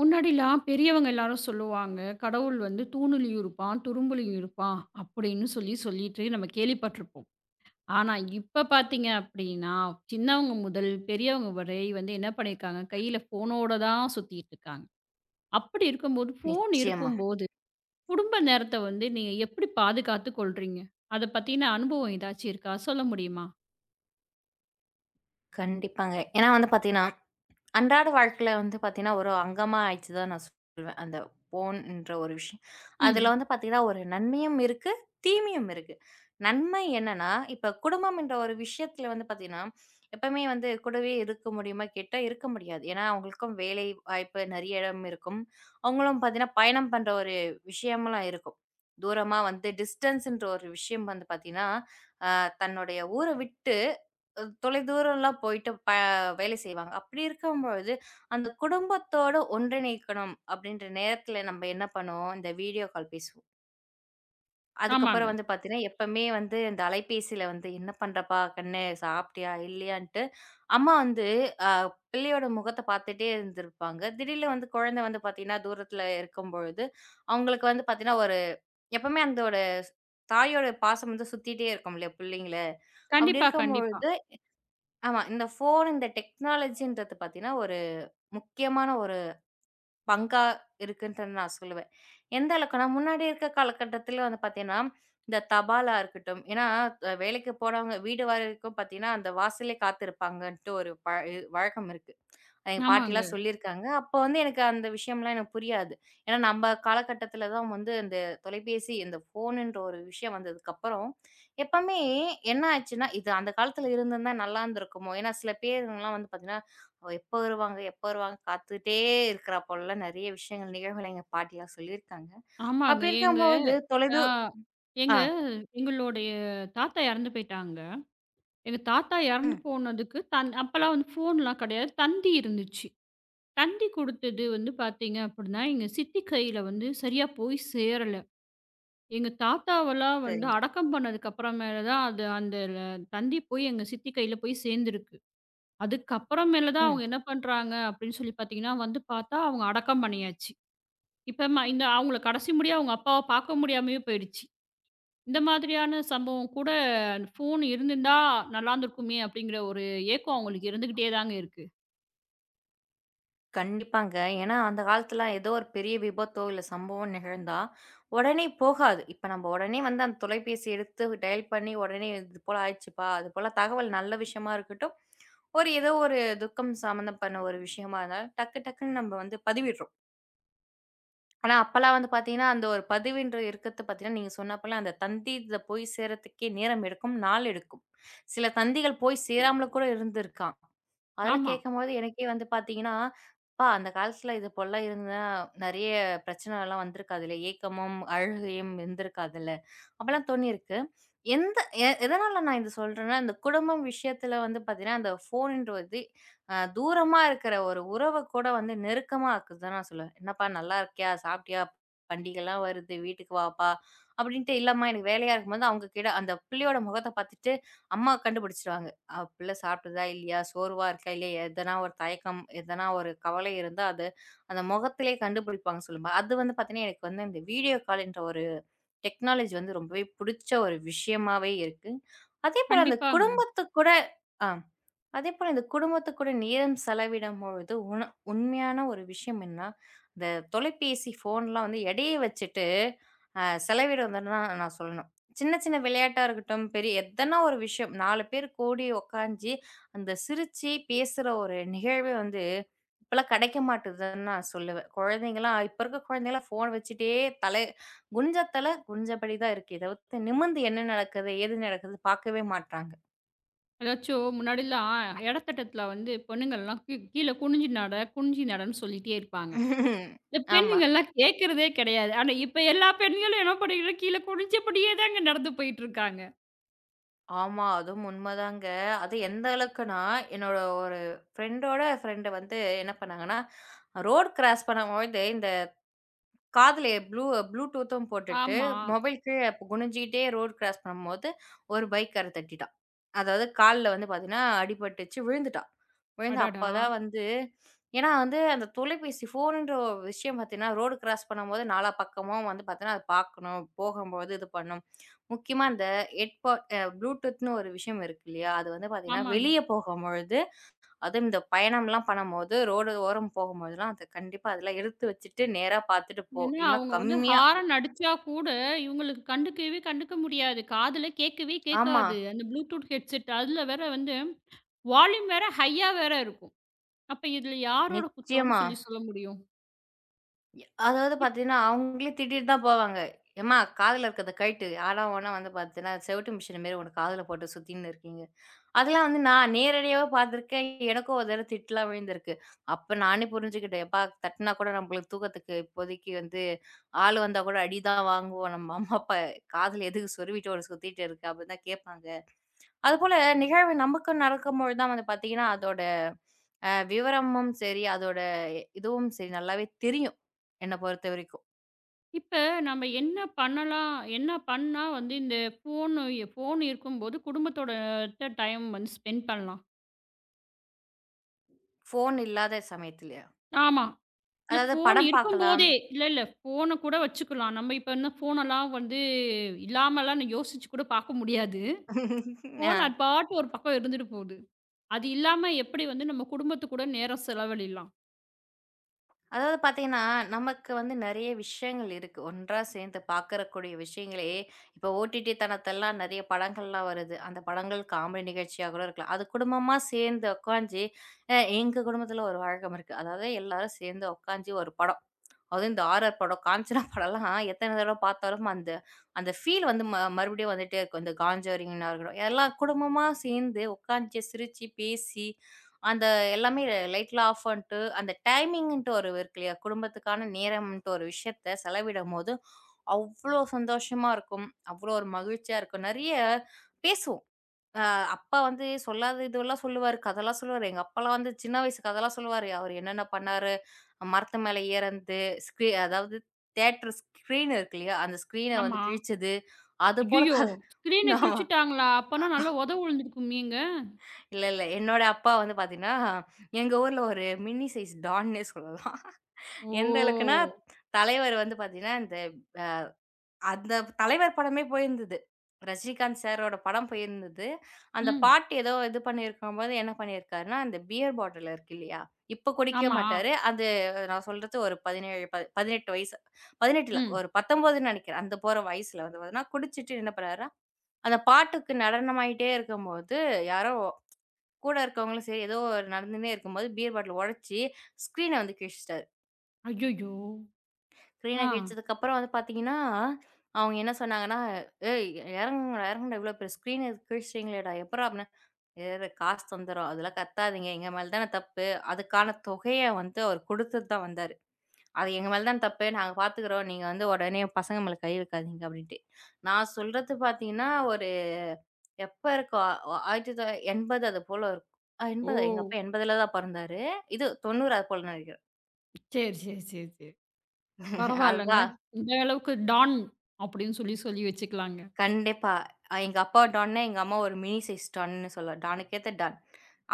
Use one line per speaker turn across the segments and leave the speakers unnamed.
முன்னாடிலாம் பெரியவங்க எல்லாரும் சொல்லுவாங்க, கடவுள் வந்து தூணுலயும் இருப்பான், துரும்புலயும் இருப்பான் அப்படின்னு சொல்லி சொல்லிட்டு நம்ம கேள்விப்பட்டுருப்போம். ஆனா, இப்ப பார்த்தீங்க அப்படின்னா, சின்னவங்க முதல் பெரியவங்க வரை வந்து என்ன பண்ணியிருக்காங்க, கையில ஃபோனோட தான் சுத்திட்டு இருக்காங்க. அப்படி இருக்கும்போது, ஃபோன்
நிச்சயமா.
இருக்கும்போது குடும்ப நேரத்த வந்து நீங்க எப்படி பாதுகாத்து கொள்றீங்க? அத பத்தின அனுபவம் ஏதாச்சும் இருக்கா? சொல்ல முடியுமா?
கண்டிப்பாங்க. ஏன்னா வந்து பார்த்தீங்கன்னா, அன்றாட வாழ்க்கையில வந்து பார்த்தீங்கன்னா, ஒரு அங்கமா ஆயிடுச்சு தான் நான் சொல்லுவேன். அந்த ஃபோன்ன்ற ஒரு விஷயம். அதுல
ம்.
வந்து பார்த்தீங்கன்னா, ஒரு நன்மையும் இருக்கு, தீமையும் இருக்கு. நன்மை என்னன்னா, இப்ப குடும்பம்ன்ற ஒரு விஷயத்துல வந்து பார்த்தீங்கன்னா, எப்பவுமே வந்து கூடவே இருக்க முடியுமா கேட்டா, இருக்க முடியாது. ஏன்னா, அவங்களுக்கும் வேலை வாய்ப்பு நெறைய இடம் இருக்கும். அவங்களும் பார்த்தீங்கன்னா, பயணம் பண்ற ஒரு விஷயமெல்லாம் இருக்கும். தூரமா வந்து டிஸ்டன்ஸ்ன்ற ஒரு விஷயம் வந்து பார்த்தீங்கன்னா, அ தன்னுடைய ஊர விட்டு தொலைதூரம்லாம் போயிட்டு வேலை செய்வாங்க. அப்படி இருக்கும்பொழுது, அந்த குடும்பத்தோட ஒன்றிணைக்கணும் அப்படின்ற நேரத்தில நம்ம என்ன பண்ணுவோம், இந்த வீடியோ கால் பேசுவோம்.
ஆமாங்க.
அதுக்கப்புறம் வந்து பார்த்தீங்கன்னா, எப்பவுமே வந்து இந்த அலைபேசியில வந்து "என்ன பண்றப்பா கண்ணு? சாப்பிட்டியா? இல்லையான்ட்டு" அம்மா வந்து அ பிள்ளையோட முகத்த பார்த்துட்டே இருந்திருப்பாங்க. திடீர்னு வந்து குழந்தை வந்து பார்த்தீங்கன்னா, தூரத்தில இருக்கும்பொழுது, அவங்களுக்கு வந்து பார்த்தீங்கன்னா, ஒரு எப்பவுமே அந்தோட தாயோட பாசம் வந்து சுத்திட்டே இருக்கும் இல்லையா, பிள்ளைங்கள. அப்படி
கண்டிப்பா, கண்டிப்பா.
இருக்கும்பொழுது ஆமா. இந்த ஃபோன், இந்த டெக்னாலஜின்றது பார்த்தீங்கன்னா, ஒரு முக்கியமான ஒரு பங்கா இருக்குன்ட்டு நான் சொல்லுவேன். எந்த அளவுக்குன்னா, முன்னாடி இருக்க காலகட்டத்தில வந்து பார்த்தீங்கன்னா, இந்த தபாலா இருக்கட்டும், ஏன்னா வேலைக்கு போறவங்க வீடு வரைக்கும் பார்த்தீங்கன்னா, அந்த வாசல்லயே காத்திருப்பாங்கன்ட்டு ஒரு வழக்கம் இருக்கு. எங்க
ஆமாங்க,
பாட்டிலாம் சொல்லியிருக்காங்க. அப்போ வந்து எனக்கு அந்த விஷயம்லாம் எனக்கு புரியாது. ஏன்னா நம்ப காலகட்டத்தில தான் வந்து இந்த தொலைபேசி, இந்த ஃபோனுன்ற ஒரு விஷயம் வந்ததுக்கப்புறம், எப்பவுமே என்ன ஆச்சுன்னா, இது அந்த காலத்தில இருந்திருந்தா நல்லா இருந்திருக்குமோ! ஏன்னா சில பேருங்கலாம் வந்து பார்த்தீங்கன்னா, அவ எப்போ வருவாங்க, எப்போ வருவாங்க காத்துட்டே இருக்கிறா போலலாம் நெறைய விஷயங்கள், நிகழ்வுகள எங்க பாட்டிலாம் சொல்லியிருக்காங்க.
ஆமாங்க.
அப்படி
எங்க
இருக்கும்போது
ஆ.
தொலைதூ ஆ.
எங்க எங்களுடைய தாத்தா இறந்து போயிட்டாங்க. எங்க தாத்தா இறந்து
ம்.
போனதுக்கு தன் அப்பலாம் வந்து ஃபோன்லாம் கிடையாது. தந்தி இருந்துச்சு. தந்தி குடுத்தது வந்து பார்த்தீங்க அப்படின்னா, எங்க சித்தி கையில வந்து சரியா போய் சேரல. எங்க தாத்தாவெல்லாம் வந்து
சரிங்க.
அடக்கம் பண்ணதுக்கு அப்புறமேல தான் அது அந்த தந்தி போய் எங்க சித்தி கையில போய் சேர்ந்திருக்கு. அதுக்கப்புறமேல தான்
ம்.
அவங்க என்ன பண்றாங்க அப்படின்னு சொல்லி பார்த்தீங்கன்னா, வந்து பார்த்தா அவங்க அடக்கம் பண்ணியாச்சு. இப்ப இந்த அவங்கள கடைசி முடியா அவங்க அப்பாவ பார்க்க முடியாமயே போயிடுச்சு. இந்த மாதிரியான சம்பவம் கூட ஃபோன் இருந்திருந்தா நல்லாருந்திருக்குமே அப்படிங்கிற ஒரு ஏக்கம் அவங்களுக்கு இருந்துகிட்டே தாங்க இருக்கு.
கண்டிப்பாங்க. ஏன்னா, அந்த காலத்துலலாம் ஏதோ ஒரு பெரிய விபத்தோ, இல்ல சம்பவம் நிகழ்ந்தா, உடனே போகாது. இப்ப நம்ம உடனே வந்து அந்த தொலைபேசி எடுத்து டயல் பண்ணி உடனே இது போல ஆயிடுச்சுப்பா, அது போல தகவல் நல்ல விஷயமா இருக்கட்டும், ஒரு ஏதோ ஒரு துக்கம் சம்மந்தப்பன ஒரு விஷயமா இருந்தாலும், டக்கு டக்குன்னு நம்ம வந்து பதிவிடுறோம். ஆனா அப்பலாம் வந்து பார்த்தீங்கன்னா, அந்த ஒரு பதிவுன்ற இருக்கிறது பார்த்தீங்கன்னா, நீங்க சொன்ன போல அந்த தந்தி இதில போய் சேரத்துக்கே நேரம் எடுக்கும், நாள் எடுக்கும். சில தந்திகள் போய் சேராமலும் கூட இருந்திருக்காம். அதெல்லாம்
ஆமா.
கேட்கும்போது எனக்கே வந்து பார்த்தீங்கன்னா, "அப்பா! அந்த காலத்துல இது போலலாம் இருந்தா நெறைய பிரச்சனைலாம் வந்திருக்காதுல்ல. ஏக்கமும், அழுகையும் இருந்திருக்காதுல்ல." அப்பலாம் தோணியிருக்கு. எந்த எ எதனால நான் இது சொல்றேன்னா, இந்த குடும்பம் விஷயத்துல வந்து பார்த்தீங்கன்னா, அந்த ஃபோன்ன்றது தூரமா இருக்கிற ஒரு உறவ கூட வந்து நெருக்கமா ஆக்குதுன்னு நான் சொல்லுவேன். "என்னப்பா நல்லா இருக்கியா? சாப்பிட்டியா? பண்டிகைலாம் வருது. வீட்டுக்கு வாப்பா." அப்படின்ட்டு, "இல்லம்மா எனக்கு வேலையா இருக்கும்போது" அவங்க கிட்ட அந்த பிள்ளையோட முகத்த பார்த்துட்டு அம்மா கண்டுபிடிச்சிடுவாங்க. பிள்ளை சாப்பிட்டதா இல்லையா? சோர்வா இருக்கா இல்லையா? எதனா ஒரு தயக்கம், எதனா ஒரு கவலை இருந்தா அது அந்த முகத்திலே கண்டுபிடிப்பாங்க சொல்லும்ப. அது வந்து பார்த்தீங்கன்னா, எனக்கு வந்து இந்த வீடியோ கால்ன்ற ஒரு டெக்னாலஜி வந்து ரொம்பவே புடிச்ச ஒரு விஷயமாவே இருக்கு. அதேபோல அந்த
கண்டிப்பாங்க.
குடும்பத்து கூட ஆ. அதேபோல இந்த குடும்பத்து கூட நேரம் செலவிடும்பொழுது, உண்மையான ஒரு விஷயம் என்னா, இந்த தொலைபேசி, ஃபோன்லாம் வந்து எடைய வச்சுட்டு செலவிடுவதுன்னு தான் நான் சொல்லணும். சின்ன சின்ன விளையாட்டா இருக்கட்டும், பெரிய எதனா ஒரு விஷயம் 4 பேர் கூடி உட்காந்து, அந்த சிரிச்சு பேசுற ஒரு நிகழ்வே வந்து இப்பலாம் கிடைக்க மாட்டுதுன்னு நான் சொல்லுவேன். குழந்தைங்கலாம் இப்ப இருக்க குழந்தைங்கலாம் ஃபோன் வச்சுட்டே தலை தலை குனிஞ்சபடி தான் இருக்கு. இத தவிர்த்து நிமிர்ந்து என்ன நடக்குது, ஏது நடக்குது பார்க்கவே மாட்றாங்க.
அதாச்சும் முன்னாடிலாம் எடத்தட்டத்தில வந்து பொண்ணுங்கள்லாம் கீழ குனிஞ்சு நட, குனிஞ்சு நடன்னு சொல்லிட்டே இருப்பாங்க. இந்த
ஆமா.
பெண்ணுங்கள்லாம் கேட்கிறதே கிடையாது. ஆனா இப்ப எல்லா பெண்களும் என்ன பண்ணிக்கிறோம், கீழ குனிஞ்சபடியே தாங்க நடந்து போயிட்டுருக்காங்க.
ஆமா. அதுவும் உண்மதாங்க. அது எந்த அளவுக்குன்னா, என்னோட ஒரு ஃப்ரெண்டோட ஃப்ரெண்டு வந்து என்ன பண்ணாங்கன்னா, ரோட் கிராஸ் பண்ணும்பொழுது இந்த காதுல ப்ளூடூத்தும் போட்டுட்டு,
ஆமா.
மொபைல் கீழ குனிஞ்சுக்கிட்டே ரோட் கிராஸ் பண்ணும்போது, ஒரு பைக்காரர் தட்டிட்டான். அதாவது கால்ல வந்து பாத்தீங்கன்னா, அடிபட்டுச்சு. விழுந்துட்டா. விழுந்து
அடடா!
அப்பதான் வந்து ஏன்னா வந்து அந்த தொலைபேசி ஃபோனுன்ற ஒரு விஷயம் பார்த்தீங்கன்னா, ரோடு கிராஸ் பண்ணும்போது நாலா பக்கமும் வந்து பார்த்தீங்கன்னா, அது பார்க்கணும். போகும்போது இது பண்ணும். முக்கியமா அந்த ஹெட்பாட் அ ப்ளூடூத்ன்னு ஒரு விஷயம் இருக்கு இல்லையா? அது வந்து பார்த்தீங்கன்னா,
ஆமாங்க.
வெளிய போகும்பொழுது, அதுவும் இந்த பயணம்லாம் பண்ணும்போது, ரோடு ஓரம் போகும்போதெல்லாம் அத கண்டிப்பா அதெல்லாம் எடுத்து வச்சுட்டு, நேரா பார்த்துட்டு போ.
ஏன்னா,
இல்லன்னா
அவங்க வந்து
கம்மியா
ஹாரன் அடிச்சா கூட, இவங்களுக்கு கண்டுக்கவே கண்டுக்க முடியாது. காதுல கேட்கவே
ஆமா.
கேட்காது. அந்த ப்ளூடூத் ஹெட்செட் அதில வேற வந்து வால்யூம் வேற ஹையா வேற இருக்கும். அப்ப இதில யாரோட குத்தம்ன்னு
நிச்சயமா.
சொல்லி சொல்ல முடியும்?
அதாவது
இப்
பார்த்தீங்கன்னா, அவங்களே திட்டிட்டு தான் போவாங்க. "ஏம்மா காதுல இருக்கிறத கழட்டு. ஆனா ஓனா வந்து பார்த்தீன்னா, செவுட்டு மிஷின் மாரி ஒண்ணு காதுல போட்டு சுத்தின்னு இருக்கீங்க." அதெல்லாம் வந்து நான் நேரடியாவே பார்த்துருக்கேன். எனக்கும் ஒரு தடவ திட்டுலாம் விழுந்திருக்கு. அப்ப நானே புரிஞ்சுக்கிட்டேன். "எப்பா தட்டுனா கூட நம்மளுக்கு தூக்கத்துக்கு இப்போதைக்கு வந்து ஆள் வந்தா கூட அடி தான் வாங்குவோம். நம்ம அம்மா, அப்பா காதுல எதுக்கு சொருவிட்டு ஒரு சுத்திட்டு இருக்க?" அப்படின்னு தான் கேட்பாங்க. அதுபோல நிகழ்வு நமக்கு நடக்கும்பொழுது தான் வந்து பார்த்தீங்கன்னா, அதோட விவரமும் சரி, அதோட இதுவும் சரி நல்லாவே தெரியும். என்ன பொறுத்தவரைக்கும்.
இப்ப நம்ம என்ன பண்ணலாம்? என்ன பண்ணா வந்து இந்த ஃபோன் இருக்கும்போது குடும்பத்தோட டைம் வந்து ஸ்பெண்ட் பண்ணலாம்.
ஃபோன் இல்லாத சமயத்துலயா?
ஆமா. இல்ல
அதாவது
ஃபோன்
படம் பார்க்கலாம்.
இருக்கும்போதே இல்ல, இல்ல ஃபோன கூட வச்சுக்கலாம். நம்ம இப்ப என்ன ஃபோனெல்லாம் வந்து இல்லாமலாம் யோசிச்சு கூட பார்க்க முடியாது.
அ
ஃபோன் அது பாட்டு ஒரு பக்கம் இருந்துட்டு போகுது. அது இல்லாம எப்படி வந்து நம்ம குடும்பத்து கூட நேரம் செலவழிலாம்?
அதாவது பார்த்தீங்கன்னா, நமக்கு வந்து நெறைய விஷயங்கள் இருக்கு. ஒன்றா சேர்ந்து பார்க்கறக்கூடிய விஷயங்களே, இப்போ ஓடிடி தளத்தெல்லாம் நெறைய படங்கள்லாம் வருது. அந்த படங்கள் காமெடி நிகழ்ச்சியா கூட இருக்கலாம். அது குடும்பமா சேர்ந்து உட்காந்து எங்க குடும்பத்தில ஒரு வழக்கம் இருக்கு. அதாவது எல்லாரும் சேர்ந்து உட்காந்து ஒரு படம் அதுவும் இந்த ஹாரர் படம், காஞ்சனா படம்லாம் எத்தன தடவ பார்த்தாலும் அந்த அந்த ஃபீல் வந்து மறுபடியும் வந்துட்டே இருக்கும். இந்த காஞ்சோரிங்கா இருக்கட்டும், எல்லாம் குடும்பமா சேர்ந்து உட்காந்து சிரிச்சு, பேசி, அந்த எல்லாமே லைட்லாம் ஆஃப் பண்ணிட்டு, அந்த டைமிங்ன்ட்டு ஒரு இருக்கு இல்லையா? குடும்பத்துக்கான நேரம்ன்ட்டு ஒரு விஷயத்த செலவிடும்போது, அவ்ளோ சந்தோஷமா இருக்கும். அவ்ளோ ஒரு மகிழ்ச்சியா இருக்கும். நெறைய பேசுவோம். அ அப்பா வந்து சொல்லாத இதுவெல்லாம் சொல்லுவாரு. கதெல்லாம் சொல்லுவாரு. எங்க அப்பாலாம் வந்து சின்ன வயசு கதெல்லாம் சொல்லுவாரு. அவரு என்னென்ன பண்ணாரு, மரத்து மேல ஏறந்து, அதாவது தியேட்டர் ஸ்க்ரீன் இருக்கு இல்லையா? அந்த ஸ்க்ரீன வந்து
ஆமா.
கிழிச்சது. அது போல
ஐயய்யோ!
கத
ஸ்க்ரீன
ஆமா.
கிழிச்சுட்டாங்களா? அப்பன்னா நல்லா உழுந்துருக்குமேங்க.
இல்ல, இல்ல. என்னோட அப்பா வந்து பார்த்தீங்கன்னா, எங்க ஊர்ல ஒரு மினி சைஸ் டான்னே சொல்லலாம்.
ஓ!
எந்த அளவுக்குன்னா, தலைவர் வந்து பார்த்தீங்கன்னா, இந்த அந்த தலைவர் படமே போயிருந்தது. ரஜினிகாந்த் சாரோட படம் போயிருந்தது. அந்த
ம்.
பாட்டு ஏதோ இது பண்ணியிருக்கும்போது என்ன பண்ணியிருக்காருன்னா, அந்த பியர் பாட்டில் இருக்கு இல்லையா? இப்ப குடிக்க
ஆமா.
மாட்டாரு. அது நான் சொல்றது ஒரு 17 ப 18 வயசு. 18 இல்ல
ம்.
ஒரு 19ன்னு நெனைக்கிறேன். அந்த போற வயசுல வந்து பார்த்தீங்கன்னா, குடிச்சிட்டு என்ன பண்ணாருன்னா, அந்த பாட்டுக்கு நடனமாயிட்டே இருக்கும்போது, யாரோ கூட இருக்கவங்களும் சரி, ஏதோ நடந்துன்னே இருக்கும்போது, பியர் பாட்டில் உடைச்சு, ஸ்க்ரீன வந்து கிழிச்சுட்டாரு.
ஐயய்யோ!
ஸ்க்ரீன
ஆ.
கிழிச்சதுக்கப்புறம் வந்து பார்த்தீங்கன்னா, அவங்க என்ன சொன்னாங்கன்னா, "ஏய் இறங்குங்கடா, இறங்குடா இவ்வளோ பெரிய ஸ்க்ரீன கிழிச்சிட்டீங்களேடா! எப்புட்றா?" அப்படின்னா, "வேற காசு தந்துர்றோம். அதெல்லாம் கத்தாதீங்க. எங்க மேல தான தப்பு. அதுக்கான தொகைய வந்து அவர் குடுத்துட்டு தான் வந்தாரு. அது எங்க மேல தான் தப்பு. நாங்க பார்த்துக்கிறோம். நீங்க வந்து உடனே பசங்க மேல கை வைக்காதீங்க." அப்படின்ட்டு. நான் சொல்றது பார்த்தீங்கன்னா, ஒரு எப்ப இருக்கும் அ ஒ 1980 அது போல இருக்கும்.
ஓ!
80 எங்க அப்பா 80ல தான் பொறந்தாரு. இது 90 அது போல நினைக்கிறேன்.
சரி, சரி, சரி, சரி. பரவால்லங்க.
அதுதான்.
இந்த அளவுக்கு டான் அப்படின்னு சொல்லி, சொல்லி வச்சுக்கலாங்க.
கண்டிப்பா. எங்க அப்பா டான்னா, எங்க அம்மா ஒரு மினி சைஸ் டான்னு சொல்லலாம். டானுக்கேத்த டான்.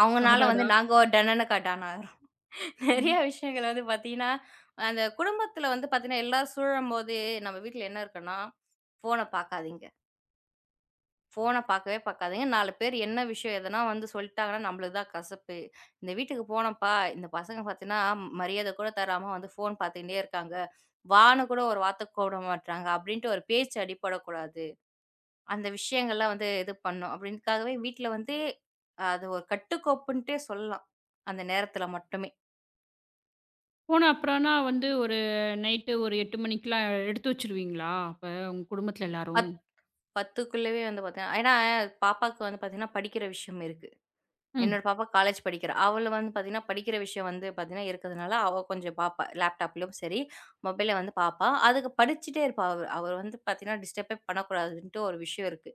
அவங்கனால வந்து
அடடா!
நாங்க ஒரு டன்னனக்கா டான் ஆகுறோம். நெறைய
ம்.
விஷயங்கள் வந்து பார்த்தீங்கன்னா, அந்த குடும்பத்தில வந்து பார்த்தீங்கன்னா, எல்லாரும் சூழும்போது நம்ம வீட்ல என்ன இருக்குன்னா, ஃபோன பார்க்காதீங்க. ஃபோன பார்க்கவே பார்க்காதீங்க. 4 பேர் என்ன விஷயம் எதனா வந்து சொல்ட்டாங்கன்னா, நம்மளுக்கு தான் கசப்பு. இந்த வீட்டுக்கு போனோம்ப்பா, இந்த பசங்க பார்த்தீங்கன்னா, மரியாதை கூட தராம வந்து ஃபோன் பார்த்துக்கிட்டே இருக்காங்க. வான்னு கூட ஒரு வார்த்தை கூப்பிட மாட்றாங்க. அப்படின்ட்டு ஒரு பேச்சு அடிபடக்கூடாது. அந்த விஷயங்கள்லாம் வந்து இது பண்ணோம். அப்படின்றதுக்காகவே வீட்ல வந்து அது ஒரு கட்டுக்கோப்புன்ட்டே சொல்லலாம். அந்த நேரத்தில மட்டுமே.
ஃபோன் அப்புறம்னா வந்து ஒரு நைட்டு ஒரு 8 மணிக்கெல்லாம் எடுத்து வச்சுருவீங்களா? அப்ப உங்க குடும்பத்தில எல்லாரும்?
10க்குள்ளவே வந்து பார்த்தீங்கன்னா ஏன்னா பாப்பாவுக்கு வந்து பார்த்தீங்கன்னா படிக்கிற விஷயம் இருக்கு.
ம்.
என்னோட பாப்பா காலேஜ் படிக்கிறா. அவள வந்து பார்த்தீங்கன்னா படிக்கிற விஷயம் வந்து பார்த்தீங்கன்னா இருக்கிறதுனால, அவ கொஞ்சம் பாப்பா. லேப்டாப்லயும் சரி, மொபைல்ல வந்து பாப்பா. அதுக்கு படிச்சுட்டே இருப்பா. அவ வந்து பார்த்தீங்கன்னா டிஸ்டர்பே பண்ணக்கூடாதுன்ட்டு ஒரு விஷயம் இருக்கு.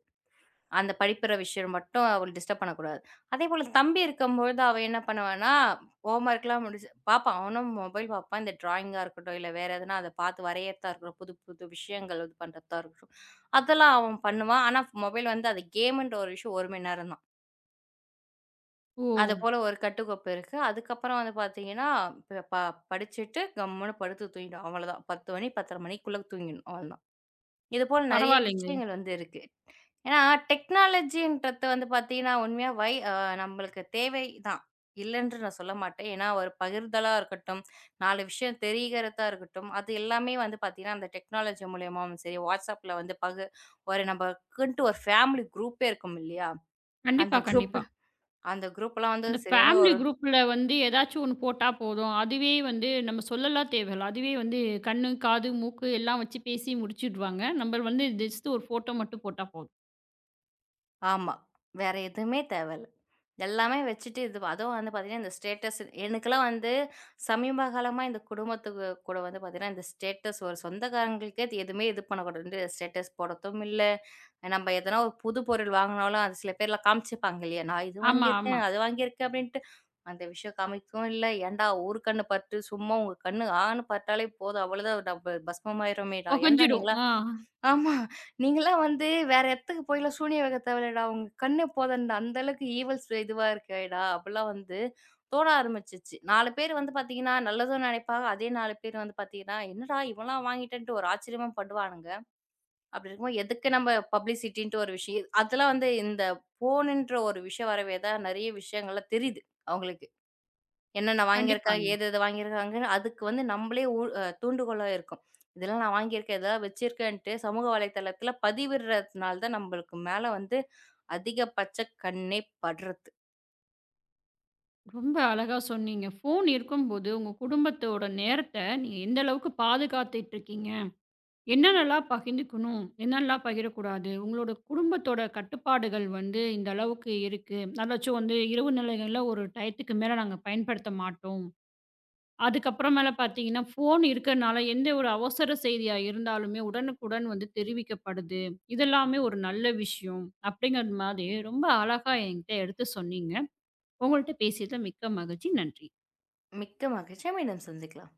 அந்த படிப்புற விஷயம் மட்டும் அவள டிஸ்டர்ப் பண்ணக்கூடாது. அதேபோல தம்பி இருக்கும்பொழுது அவ என்ன பண்ணுவான்னா, ஹோம்வொர்க்லாம் முடிச்சு பார்ப்பான். அவனும் மொபைல் பார்ப்பான். இந்த ட்ராயிங்கா இருக்கட்டும், இல்ல வேற எதுனா அத பார்த்து வரையறதா இருக்கட்டும், புது புது விஷயங்கள் இது பண்றதா இருக்கட்டும், அதெல்லாம் அவன் பண்ணுவான். ஆனா மொபைல் வந்து அது கேமுன்ற ஒரு விஷயம் 1 மணி நேரம் தான்.
ஓ!
அது போல ஒரு கட்டுக்கோப்பு இருக்கு. அதுக்கப்புறம் வந்து பார்த்தீங்கன்னா, ப ப படிச்சுட்டு கம்முனு படுத்து தூங்கிடும். அவ்வளதான். 10 மணி 10:30 மணிக்குள்ள தூங்கிடணும். அவ்வளதான். இதுபோல நெறைய
பரவால்லைங்க.
விஷயங்கள் வந்து இருக்கு. ஏன்னா, டெக்னாலஜின்றது வந்து பார்த்தீங்கன்னா, உண்மையா வை அ நம்மளுக்கு தேவை தான். இல்லன்று நான் சொல்ல மாட்டேன். ஏன்னா, ஒரு பகிர்தலா இருக்கட்டும், 4 விஷயம் தெரிகிறதா இருக்கட்டும், அது எல்லாமே வந்து பார்த்தீங்கன்னா, அந்த டெக்னாலஜி மூலியமாவும் சரி, WhatsAppல வந்து பகு ஒரு நமக்குன்ட்டு ஒரு ஃபேமிலி குரூப்பே இருக்கும் இல்லையா? அந்த
கண்டிப்பா,
குரூப்ல
கண்டிப்பா.
அந்த குரூப்லாம் வந்து
அந்த
சரியான
ஃபேமிலி
ஒரு
குரூப்ல வந்து ஏதாச்சும் ஒண்ணு போட்டா போதும். அதுவே வந்து நம்ம சொல்லலாம் தேவையில்ல. அதுவே வந்து கண்ணு, காது, மூக்கு எல்லாம் வச்சு பேசி முடிச்சுடுவாங்க. நம்ம வந்து ஜஸ்ட் ஒரு ஃபோட்டோ மட்டும் போட்டா போதும்.
ஆமா. வேற எதுவுமே தேவையில்ல. எல்லாமே வச்சுட்டு இது அதுவும் வந்து பார்த்தீங்கன்னா, இந்த ஸ்டேட்டஸ் எனக்கெல்லாம் வந்து சமீப காலமா இந்த குடும்பத்துக்கு கூட வந்து பார்த்தீங்கன்னா, இந்த ஸ்டேட்டஸ் ஒரு சொந்தக்காரங்களுக்கே இது எதுவுமே இது பண்ணக்கூடாதுன்ட்டு ஸ்டேட்டஸ் போடத்தும் இல்ல. நம்ம எதனா ஒரு புது பொருள் வாங்கினாலும் அது சில பேர்லாம் காமிச்சுப்பாங்க இல்லையா? "நான் இது
ஆமா, ஆமா.
வாங்கியிருக்கேன், அது வாங்கியிருக்கேன்" அப்படின்ட்டு அந்த விஷயம் காமிக்கவும் இல்ல. "ஏன்டா ஊர் கண்ணு பட்டு சும்மா உங்க கண்ணு ஆன்னு பட்டாலே போதும் அவ்வளோதான் நம்ம பஸ்மமாயிரோமேடா! ஏன்டா
புகஞ்சிடும்.
நீங்கலாம்"
ஆ.
ஆமா. நீங்கலாம் வந்து வேற இடத்துக்கு போய்லாம் சூனியம் வைக்க தேவையில்லடா. உங்க கண்ணே போதும்டா. அந்த அளவுக்கு ஈவல்ஸ் இதுவா இருக்கேடா! அப்டிலாம் வந்து தோண ஆரம்பிச்சுச்சு. 4 பேர் வந்து பார்த்தீங்கன்னா, நல்லதும் நினைப்பாங்க. அதே 4 பேர் வந்து பார்த்தீங்கன்னா, "என்னடா இவன்லாம் வாங்கிட்டேன்ட்டு" ஒரு ஆச்சரியமா படுவானுங்க. அப்டி இருக்கும்போது எதுக்கு நம்ம பப்ளிசிட்டின்ட்டு ஒரு விஷயம் அதெல்லாம் வந்து இந்த ஃபோனுன்ற ஒரு விஷயம் வரவே தான் நெறைய விஷயங்கள்லாம் தெரியுது. அவங்களுக்கு. என்னென்ன வாங்கியிருக்காங்க,
கண்டிப்பாங்க.
ஏது எது வாங்கியிருக்காங்கன்னு அதுக்கு வந்து நம்மளே ஊ அ தூண்டுகோலா இருக்கும். இதெல்லாம் நான் வாங்கியிருக்கேன், இதெல்லாம் வச்சிருக்கேன்ட்டு சமூக வலைதளத்தில பதிவிடுறதுனால தான் நம்மளுக்கு மேல வந்து அதிகபட்ச கண்ணே படுறது.
ரொம்ப அழகா சொன்னீங்க. ஃபோன் இருக்கும்போது உங்க குடும்பத்தோட நேரத்த நீங்க எந்த அளவுக்கு பாதுகாத்துட்டு இருக்கீங்க? என்னென்னலாம் பகிர்ந்துக்கணும்? என்னென்னலாம் பகிரக்கூடாது? உங்களோட குடும்பத்தோட கட்டுப்பாடுகள் வந்து இந்த அளவுக்கு இருக்கு. அதாச்சும் வந்து இரவு நிலைகள்ல ஒரு டயத்துக்கு மேல நாங்க பயன்படுத்த மாட்டோம். அதுக்கப்புறம் மேல பார்த்தீங்கன்னா, ஃபோன் இருக்கிறனால எந்த ஒரு அவசர செய்தியா இருந்தாலுமே உடனுக்குடன் வந்து தெரிவிக்கப்படுது. இதெல்லாமே ஒரு நல்ல விஷயம். அப்படிங்கிற மாதிரி ரொம்ப அழகா என்கிட்ட எடுத்து சொன்னீங்க. உங்கள்ட்ட பேசியது மிக்க மகிழ்ச்சி. நன்றி.
மிக்க மகிழ்ச்சி. மீண்டும் சந்திக்கலாம்.